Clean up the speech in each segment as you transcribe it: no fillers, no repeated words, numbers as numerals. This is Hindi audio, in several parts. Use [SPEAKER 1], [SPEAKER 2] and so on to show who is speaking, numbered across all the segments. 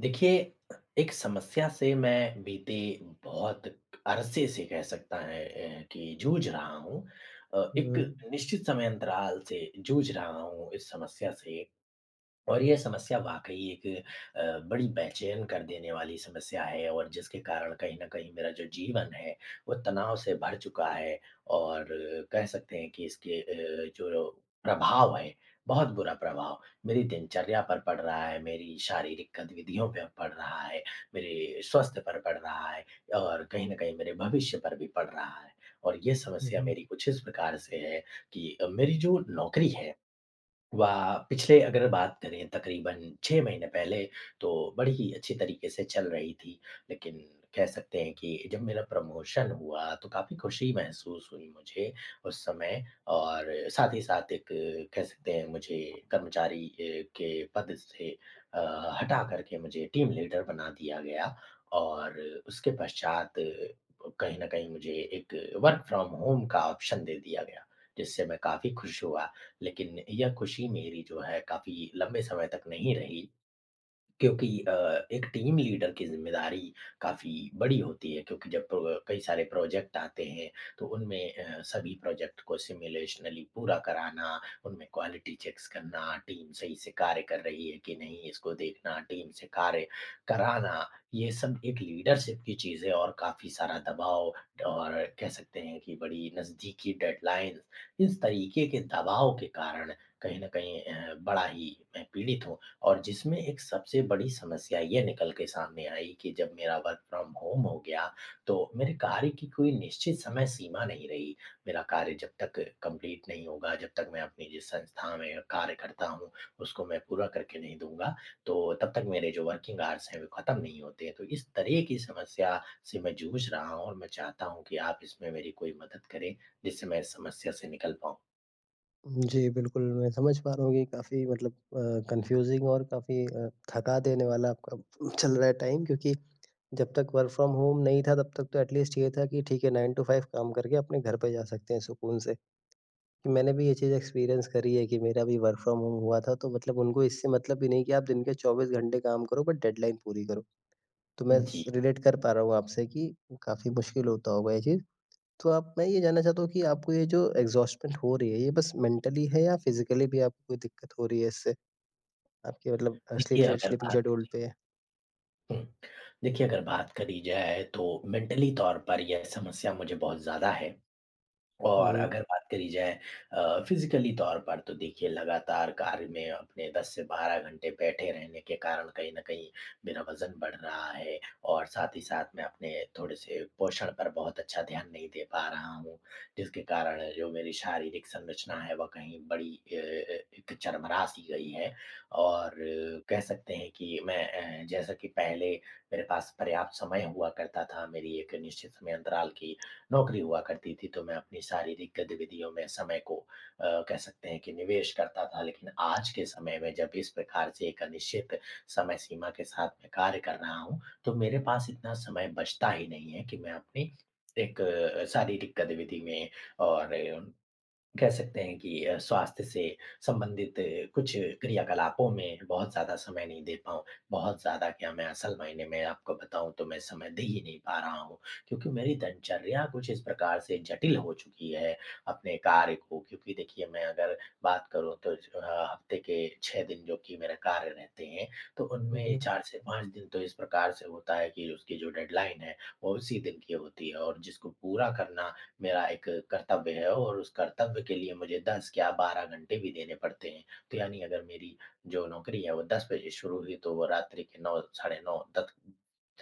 [SPEAKER 1] देखिए, एक समस्या से मैं बीते बहुत अरसे से कह सकता है कि जूझ रहा हूँ। एक
[SPEAKER 2] हुँ,
[SPEAKER 1] निश्चित समय अंतराल से जूझ रहा हूँ इस समस्या से। और ये समस्या वाक़ई एक बड़ी बेचैन कर देने वाली समस्या है और जिसके कारण कहीं न कहीं मेरा जो जीवन है, वो तनाव से भर चुका है और कह सकते हैं कि इसके जो प्रभाव है, बहुत बुरा प्रभाव मेरी दिनचर्या पर पड़ रहा है, मेरी शारीरिक गतिविधियों पे पड़ रहा है, मेरे स्वास्थ्य पर पड़ रहा है और कहीं न कहीं मेरे भविष्य पर भी पड़ रहा है। और ये
[SPEAKER 2] हुँ,
[SPEAKER 1] समस्या
[SPEAKER 2] हुँ।
[SPEAKER 1] मेरी कुछ इस प्रकार से है कि मेरी जो नौकरी है वा पिछले अगर बात करें तकरीबन 6 महीने पहले तो बड़ी ही अच्छी तरीके से चल रही थी। लेकिन कह सकते हैं कि जब मेरा प्रमोशन हुआ तो काफ़ी खुशी महसूस हुई मुझे उस समय और साथ ही साथ एक कह सकते हैं मुझे कर्मचारी के पद से हटा कर के मुझे टीम लीडर बना दिया गया और उसके पश्चात कहीं न कहीं मुझे एक वर्क फ्रॉम होम का ऑप्शन दे दिया गया, जिससे मैं काफ़ी खुश हुआ। लेकिन यह खुशी मेरी जो है काफ़ी लंबे समय तक नहीं रही। क्योंकि एक टीम लीडर की ज़िम्मेदारी काफ़ी बड़ी होती है क्योंकि जब प्रो कई सारे प्रोजेक्ट आते हैं, तो उनमें सभी प्रोजेक्ट को सिमुलेशनली पूरा कराना, उनमें क्वालिटी चेक्स करना, टीम सही से कार्य कर रही है कि नहीं इसको देखना, टीम से कार्य कराना, ये सब एक लीडरशिप की चीज़ है और काफ़ी सारा दबाव और कह सकते हैं कि बड़ी नज़दीकी डेडलाइन्स, इस तरीके के दबाव के कारण कहीं न कहीं बड़ा ही मैं पीड़ित हूँ। और जिसमें एक सबसे बड़ी समस्या ये निकल के सामने आई कि जब मेरा वर्क फ्रॉम होम हो गया, तो मेरे कार्य की कोई निश्चित समय सीमा नहीं रही। मेरा कार्य जब तक कंप्लीट नहीं होगा, जब तक मैं अपनी जिस संस्था में कार्य करता हूँ, उसको मैं पूरा करके नहीं दूँगा, तो तब तक मेरे जो वर्किंग आवर्स हैं, वो खत्म नहीं होते हैं। तो इस तरह की समस्या से मैं जूझ रहा हूँ और मैं चाहता हूँ कि आप इसमें मेरी कोई मदद करें, जिससे मैं इस समस्या से निकल पाऊँ।
[SPEAKER 2] जी, बिल्कुल, मैं समझ पा रहा हूँ कि काफ़ी मतलब कन्फ्यूज़िंग और काफ़ी थका देने वाला आपका चल रहा है टाइम, क्योंकि जब तक वर्क फ्रॉम होम नहीं था तब तक तो एटलीस्ट ये था कि ठीक है, 9 टू 5 काम करके अपने घर पे जा सकते हैं सुकून से। कि मैंने भी ये चीज़ एक्सपीरियंस करी है कि मेरा भी वर्क फ्रॉम होम हुआ था, तो मतलब उनको इससे मतलब भी नहीं कि आप दिन के 24 घंटे काम करो, बट डेडलाइन पूरी करो। तो मैं
[SPEAKER 1] जी,
[SPEAKER 2] स रिलेट कर पा रहा हूँ आपसे कि काफ़ी मुश्किल होता होगा ये चीज़। तो आप मैं ये जानना चाहता हूँ कि आपको ये जो एग्ज़ॉस्टमेंट हो रही है, ये बस मेंटली है या फिज़िकली भी आपको कोई दिक्कत हो रही है इससे? आपके मतलब
[SPEAKER 1] देखिए अगर
[SPEAKER 2] स्लीपिंग
[SPEAKER 1] बात
[SPEAKER 2] शेड्यूल पे?
[SPEAKER 1] हुँ। देखिए, अगर बात करी जाए तो मेंटली तौर पर यह समस्या मुझे बहुत ज़्यादा है।
[SPEAKER 2] हुँ,
[SPEAKER 1] और
[SPEAKER 2] हुँ।
[SPEAKER 1] अगर बात करी जाए फ़िज़िकली तौर पर तो देखिए लगातार कार्य में अपने 10 से 12 घंटे बैठे रहने के कारण कहीं न कहीं मेरा वज़न बढ़ रहा है और साथ ही साथ मैं अपने थोड़े-से पोषण पर बहुत अच्छा ध्यान नहीं दे पा रहा हूँ। जिसके कारण जो मेरी शारीरिक संरचना है वह कहीं बड़ी एक चरमरा सी गई है और कह सकते हैं कि मैं जैसा कि पहले मेरे पास पर्याप्त समय हुआ करता था, मेरी एक निश्चित समय अंतराल की नौकरी हुआ करती थी, तो मैं अपनी शारीरिक गतिविधियों में समय को कह सकते हैं कि निवेश करता था। लेकिन आज के समय में जब इस प्रकार से एक अनिश्चित समय सीमा के साथ मैं कार्य कर रहा हूँ, तो मेरे पास इतना समय बचता ही नहीं है कि मैं अपनी एक शारीरिक गतिविधि में और कह सकते हैं कि स्वास्थ्य से संबंधित कुछ क्रियाकलापों में बहुत ज़्यादा समय नहीं दे पाऊँ। बहुत ज़्यादा क्या, मैं असल मायने में आपको बताऊँ तो मैं समय दे ही नहीं पा रहा हूँ, क्योंकि मेरी दिनचर्या कुछ इस प्रकार से जटिल हो चुकी है अपने कार्य को, क्योंकि देखिए मैं अगर बात करूँ तो हफ़्ते के 6 दिन जो कि मेरे कार्य रहते हैं, तो
[SPEAKER 2] हुँ,
[SPEAKER 1] उनमें
[SPEAKER 2] हुँ।
[SPEAKER 1] 4 से 5 दिन तो इस प्रकार से होता है कि उसकी जो डेडलाइन है, वो उसी दिन की होती है और जिसको पूरा करना मेरा एक कर्तव्य है और उस कर्तव्य के लिए मुझे 10 क्या 12 घंटे भी देने पड़ते हैं। तो यानी अगर मेरी जो नौकरी है वो 10 बजे शुरू हुई तो वो रात्रि के 9 साढ़े 9 तक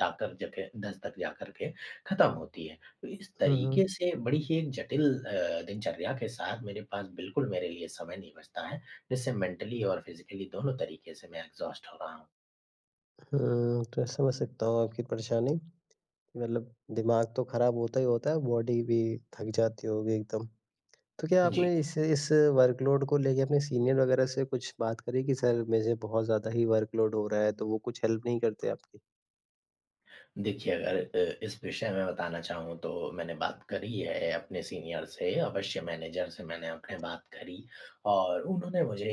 [SPEAKER 1] जाकर ज के 10 तक जाकर के ख़त्म होती है। तो इस
[SPEAKER 2] हुँ, हुँ।
[SPEAKER 1] तरीके से बड़ी ही एक जटिल दिनचर्या के साथ मेरे पास बिल्कुल मेरे लिए समय नहीं बचता है, जिससे मेंटली और फ़िज़िकली दोनों तरीके से मैं एग्ज़ॉस्ट हो रहा हूँ।
[SPEAKER 2] हुँ, तो समझ सकता हूँ आपकी परेशानी। मतलब दिमाग तो खराब होता ही होता है, बॉडी भी थक जाती होगी एकदम। तो क्या
[SPEAKER 1] जी।
[SPEAKER 2] आपने इस वर्कलोड को लेके अपने सीनियर वगैरह से कुछ बात करी कि सर मुझे बहुत ज़्यादा ही वर्कलोड हो रहा है, तो वो कुछ हेल्प नहीं करते आपकी?
[SPEAKER 1] देखिए, अगर इस विषय में बताना चाहूँ तो मैंने बात करी है अपने सीनियर से, अवश्य मैनेजर से मैंने अपने बात करी और उन्होंने मुझे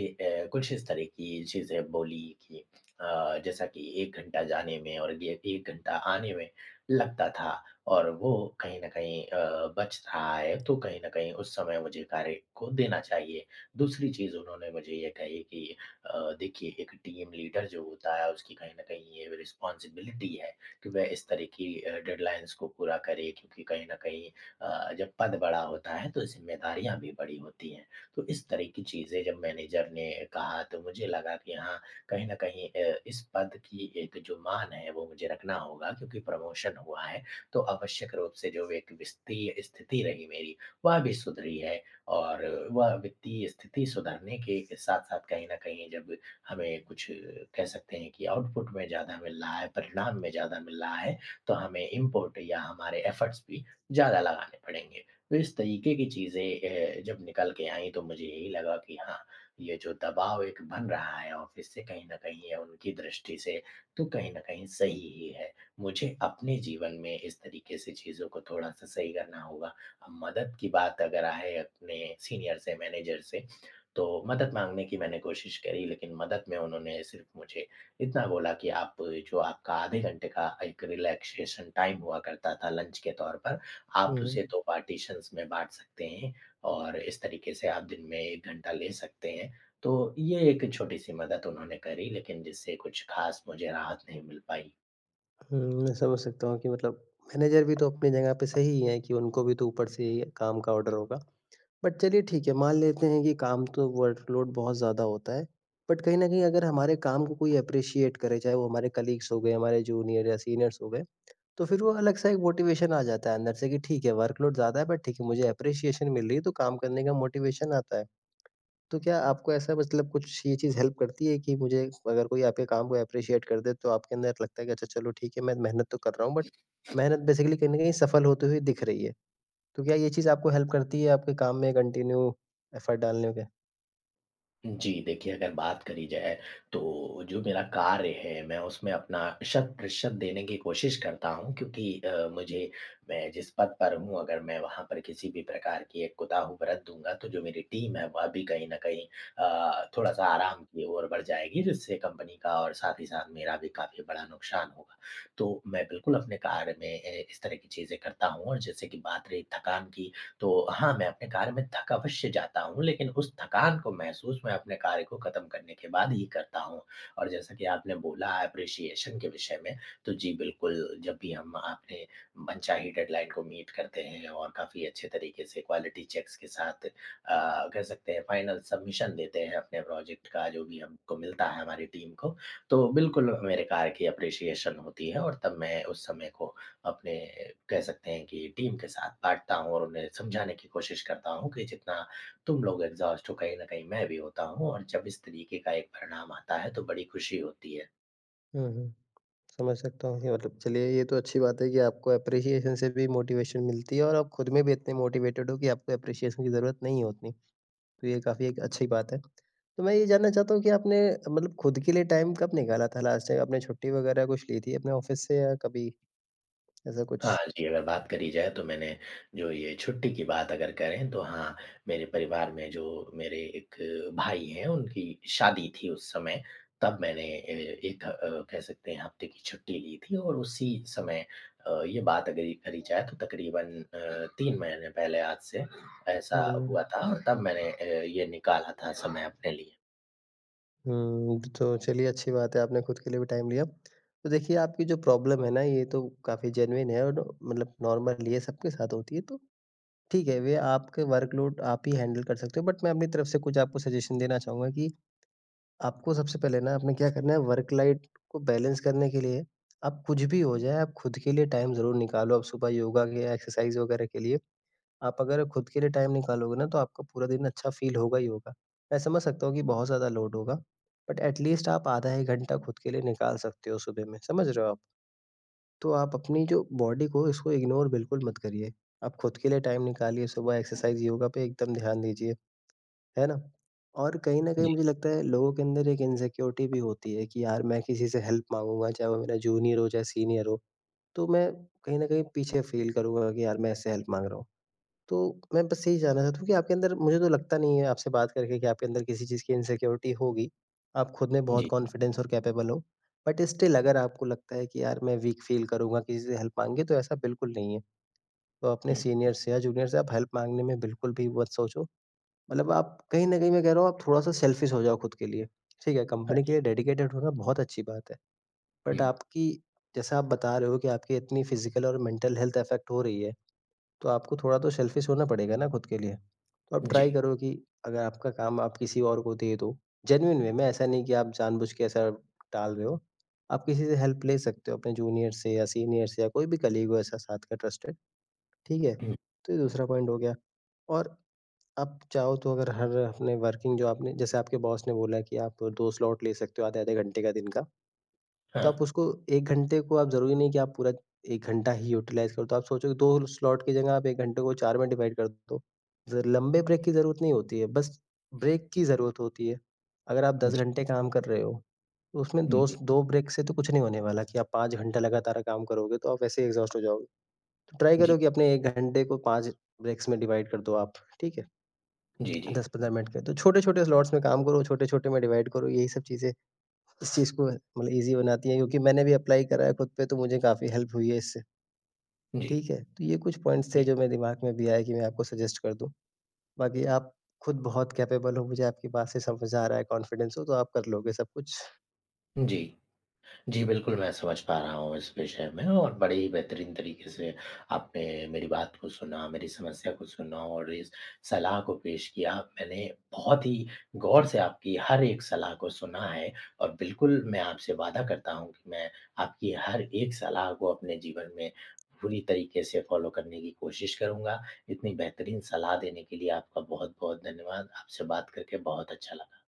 [SPEAKER 1] कुछ इस तरह की चीज़ें बोली कि जैसा कि 1 घंटा जाने में और ये 1 घंटा आने में लगता था और वो कहीं न कहीं बच रहा है, तो कहीं न कहीं उस समय मुझे कार्य को देना चाहिए। दूसरी चीज़ उन्होंने मुझे ये कही कि देखिए एक टीम लीडर जो होता है उसकी कहीं न कहीं ये रिस्पॉन्सिबिलिटी है कि वह इस तरह की डेडलाइंस को पूरा करे, क्योंकि कहीं न कहीं जब पद बड़ा होता है तो ज़िम्मेदारियाँ भी बड़ी होती हैं। तो इस तरह की चीज़ें जब मैनेजर ने कहा तो मुझे लगा कि हाँ, कहीं न कहीं इस पद की एक जो मान है वो मुझे रखना होगा क्योंकि प्रमोशन हुआ है। तो आवश्यक रूप से जो एक वित्तीय स्थिति रही मेरी वह भी सुधरी है और वह वित्तीय स्थिति सुधरने के साथ-साथ कहीं न कहीं जब हमें कुछ कह सकते हैं कि आउटपुट में ज़्यादा मिल रहा है, परिणाम में ज़्यादा मिल रहा है, तो हमें इम्पोर्ट या हमारे एफ़र्ट्स भी ज़्यादा लगाने पड़ेंगे। तो इस तरीके की चीज़ें जब निकल के आईं तो मुझे यही लगा कि हाँ, ये जो दबाव एक बन रहा है ऑफ़िस से कहीं न कहीं या उनकी दृष्टि से, तो कहीं न कहीं सही ही है। मुझे अपने जीवन में इस तरीके से चीज़ों को थोड़ा-सा सही करना होगा। अब मदद की बात अगर आए अपने सीनियर से, मैनेजर से, तो मदद माँगने की मैंने कोशिश करी, लेकिन मदद में उन्होंने सिर्फ़ मुझे इतना बोला कि आप जो आपका आधे घंटे का एक रिलैक्सेशन टाइम हुआ करता था लंच के तौर पर, आप
[SPEAKER 2] हुँ, हुँ।
[SPEAKER 1] उसे 2 पार्टीशंस में बाँट सकते हैं और इस तरीके से आप दिन में 1 घंटा ले सकते हैं। तो ये एक छोटी-सी मदद उन्होंने करी, लेकिन जिससे कुछ ख़ास मुझे राहत नहीं मिल पाई।
[SPEAKER 2] हुँ, मैं समझ सकता हूँ कि मतलब मैनेजर भी तो अपनी जगह पे सही हैं कि उनको भी तो ऊपर से ही काम का ऑर्डर होगा। बट चलिए ठीक है, मान लेते हैं कि काम तो वर्कलोड बहुत ज़्यादा होता है। बट कहीं न कहीं अगर हमारे काम को कोई एप्रिशिएट करे, चाहे वो हमारे कलीग्स हो गए, हमारे जूनियर या सीनियर्स हो गए, तो फिर वो अलग सा एक मोटिवेशन आ जाता है अंदर से कि ठीक है, वर्कलोड ज़्यादा है, बट ठीक है, मुझे एप्रिशिएशन मिल रही है तो काम करने का मोटिवेशन आता है। तो क्या आपको ऐसा मतलब कुछ ये चीज़ हेल्प करती है कि मुझे अगर कोई आपके काम को एप्रिशिएट कर दे, तो आपके अंदर लगता है कि अच्छा, चलो ठीक है, मैं मेहनत तो कर रहा हूँ, बट मेहनत बेसिकली कहीं न कहीं सफल होते हुए दिख रही है। तो क्या ये चीज़ आपको हेल्प करती है आपके काम में कंटिन्यू एफर्ट डालने में?
[SPEAKER 1] जी, देखिए अगर बात करी जाए तो जो मेरा कार्य है मैं उसमें अपना शत प्रतिशत देने की कोशिश करता हूँ, क्योंकि मुझे मैं जिस पद पर हूँ अगर मैं वहाँ पर किसी भी प्रकार की एक कोताही बरत दूँगा तो जो मेरी टीम है वह भी कहीं न कहीं थोड़ा-सा आराम की ओर बढ़ जाएगी, जिससे कंपनी का और साथ ही साथ मेरा भी काफ़ी बड़ा नुकसान होगा। तो मैं बिल्कुल अपने कार्य में इस तरह की चीज़ें करता हूँ और जैसे कि बात रही थकान की, तो हाँ, मैं अपने कार्य में थक अवश्य जाता हूँ, लेकिन उस थकान को महसूस मैं अपने कार्य को ख़त्म करने के बाद ही करता हूँ। और जैसा कि आपने बोला एप्रिसिएशन के विषय में, तो जी बिल्कुल, जब भी हम अपने मनचाही डेडलाइन को मीट करते हैं और काफ़ी अच्छे तरीके से क्वालिटी चेक्स के साथ कह सकते हैं फाइनल सबमिशन देते हैं अपने प्रोजेक्ट का जो भी हमको मिलता है हमारी टीम को, तो बिल्कुल मेरे कार्य की एप्रिसिएशन होती है और तब मैं उस समय को अपने कह सकते हैं कि टीम के साथ बाँटता हूँ और उन्हें समझाने की कोशिश करता हूँ कि जितना तुम लोग एग्ज़ॉस्ट हो, कहीं न कहीं मैं भी होता हूँ और जब इस तरीके का एक परिणाम आता है, तो बड़ी खुशी होती है।
[SPEAKER 2] हुँ, हुँ। समझ सकता हूँ कि मतलब चलिए, ये तो अच्छी बात है कि आपको एप्रिसिएशन से भी मोटिवेशन मिलती है और आप खुद में भी इतने मोटिवेटेड हो कि आपको एप्रिसिएशन की ज़रूरत नहीं होती। तो ये काफ़ी एक अच्छी बात है। तो मैं ये जानना चाहता हूँ कि आपने मतलब खुद के लिए टाइम कब निकाला था लास्ट टाइम? आपने छुट्टी वगैरह कुछ ली थी अपने ऑफ़िस से या कभी ऐसा कुछ?
[SPEAKER 1] हाँ जी, अगर बात करी जाए तो मैंने जो ये छुट्टी की बात अगर करें, तो हाँ, मेरे परिवार में जो मेरे एक भाई हैं उनकी शादी थी उस समय, तब मैंने ए एक कह सकते हैं हफ्ते की छुट्टी ली थी और उसी समय ये बात अगर ये करी जाए तो तकरीबन 3 महीने पहले आज से ऐसा
[SPEAKER 2] हुँ,
[SPEAKER 1] हुआ था और तब मैंने ये निकाला था समय अपने लिए।
[SPEAKER 2] हुँ, तो चलिए, अच्छी बात है आपने खुद के लिए भी टाइम लिया। तो देखिए, आपकी जो प्रॉब्लम है ना, ये तो काफ़ी जेनुइन है और मतलब नॉर्मल ये सबके साथ होती है। तो ठीक है, वे आपके वर्कलोड आप ही हैंडल कर सकते हो, बट मैं अपनी तरफ से कुछ आपको सजेशन देना चाहूँगा कि आपको सबसे पहले ना आपने क्या करना है, वर्क लाइफ को बैलेंस करने के लिए आप कुछ भी हो जाए, आप खुद के लिए टाइम ज़रूर निकालो। आप सुबह योगा के या एक्सरसाइज़ वगैरह के लिए आप अगर खुद के लिए टाइम निकालोगे ना, तो आपका पूरा दिन अच्छा फ़ील होगा ही होगा। मैं समझ सकता हूँ कि बहुत ज़्यादा लोड होगा, बट एट लीस्ट आप आधा 1 घंटा खुद के लिए निकाल सकते हो सुबह में, समझ रहे हो आप? तो आप अपनी जो बॉडी को इसको इग्नोर बिल्कुल मत करिए। आप खुद के लिए टाइम निकालिए, सुबह एक्सरसाइज़, योगा पे एकदम ध्यान दीजिए। है ना? और कहीं न कहीं
[SPEAKER 1] जी,
[SPEAKER 2] मुझे लगता है लोगों के अंदर एक इनसिक्योरिटी भी होती है कि यार, मैं किसी से हेल्प माँगूँगा, चाहे वो मेरा जूनियर हो, चाहे सीनियर हो, तो मैं कहीं न कहीं पीछे फ़ील करूँगा कि यार, मैं इससे हेल्प माँग रहा हूँ। तो मैं बस यही जानना चाहता हूँ कि आपके अंदर, मुझे तो लगता नहीं है आपसे बात करके कि आपके अंदर किसी चीज़ की इनसिक्योरिटी होगी। आप खुद में बहुत
[SPEAKER 1] जी।
[SPEAKER 2] कॉन्फिडेंस और कैपेबल हो। बट स्टिल अगर आपको लगता है कि यार, मैं वीक फ़ील करूँगा किसी से हेल्प माँगेंगे, तो ऐसा बिल्कुल नहीं है। तो अपने
[SPEAKER 1] हुँ,
[SPEAKER 2] सीनियर से या जूनियर से आप हेल्प माँगने में बिल्कुल भी मत सोचो। मतलब आप कहीं न कहीं, मैं कह रहा हूँ, आप थोड़ा-सा सेल्फिश हो जाओ खुद के लिए, ठीक है? कंपनी के लिए डेडिकेटेड होना बहुत अच्छी बात है। बट
[SPEAKER 1] हुँ,
[SPEAKER 2] आपकी, जैसा आप बता रहे हो कि आपकी इतनी फ़िज़िकल और मेंटल हेल्थ अफ़ेक्ट हो रही है, तो आपको थोड़ा तो सेल्फिश होना पड़ेगा ना खुद के लिए। तो आप
[SPEAKER 1] जी,
[SPEAKER 2] ट्राई करो कि अगर आपका काम आप किसी और को दे दो, जेन्युइन वे में, ऐसा नहीं कि आप जानबूझ के ऐसा टाल रहे हो। आप किसी से हेल्प ले सकते हो अपने जूनियर से या सीनियर से, या कोई भी कलीग हो ऐसा साथ का ट्रस्टेड, ठीक है?
[SPEAKER 1] हुँ,
[SPEAKER 2] तो ये दूसरा पॉइंट हो गया। और आप चाहो तो अगर हर अपने वर्किंग, जो आपने जैसे आपके बॉस ने बोला कि आप 2 स्लॉट ले सकते हो आधे-आधे घंटे का दिन का, तो
[SPEAKER 1] हाँ,
[SPEAKER 2] आप उसको 1 घंटे को, आप ज़रूरी नहीं कि आप पूरा 1 घंटा ही यूटिलाइज़ करो। तो आप सोचो, 2 स्लॉट की जगह आप 1 घंटे को 4 में डिवाइड कर दो। ज़ लंबे ब्रेक की ज़रूरत नहीं होती है, बस ब्रेक की ज़रूरत होती है। अगर आप 10
[SPEAKER 1] जी,
[SPEAKER 2] घंटे काम कर रहे हो, तो उसमें
[SPEAKER 1] हुँ,
[SPEAKER 2] दोस
[SPEAKER 1] हुँ,
[SPEAKER 2] 2 ब्रेक से तो कुछ नहीं होने वाला कि आप 5 घंटा लगातार काम करोगे तो आप वैसे ही एग्ज़ॉस्ट हो जाओगे। तो ट्राई
[SPEAKER 1] जी,
[SPEAKER 2] करो कि अपने 1 घंटे को 5 ब्रेक्स में डिवाइड कर दो आप, ठीक है?
[SPEAKER 1] जी, जी,
[SPEAKER 2] 10-15 मिनट के, तो छोटे-छोटे स्लॉट्स में काम करो, छोटे-छोटे में डिवाइड करो, यही सब चीज़ें इस चीज़ को मतलब ईज़ी बनाती हैं, क्योंकि मैंने भी अप्लाई करा है खुद पे तो मुझे काफ़ी हेल्प हुई है इससे,
[SPEAKER 1] जी,
[SPEAKER 2] ठीक है? तो ये कुछ पॉइंट्स थे
[SPEAKER 1] जी,
[SPEAKER 2] जो मेरे दिमाग में भी आए कि मैं आपको सजेस्ट कर दूँ। बाकी आप खुद बहुत कैपेबल हो, मुझे आपकी बात से समझ आ रहा है, कॉन्फिडेंस हो, तो आप कर लोगे सब कुछ।
[SPEAKER 1] जी। जी, बिल्कुल, मैं समझ पा रहा हूँ इस विषय में और बड़े ही बेहतरीन तरीके से आपने मेरी बात को सुना, मेरी समस्या को सुना और इस सलाह को पेश किया। मैंने बहुत ही गौर से आपकी हर एक सलाह को सुना है और बिल्कुल मैं आपसे वादा करता हूँ कि मैं आपकी हर एक सलाह को अपने जीवन में पूरी तरीके से फ़ॉलो करने की कोशिश करूँगा। इतनी बेहतरीन सलाह देने के लिए आपका बहुत-बहुत धन्यवाद। आपसे बात करके बहुत अच्छा लगा।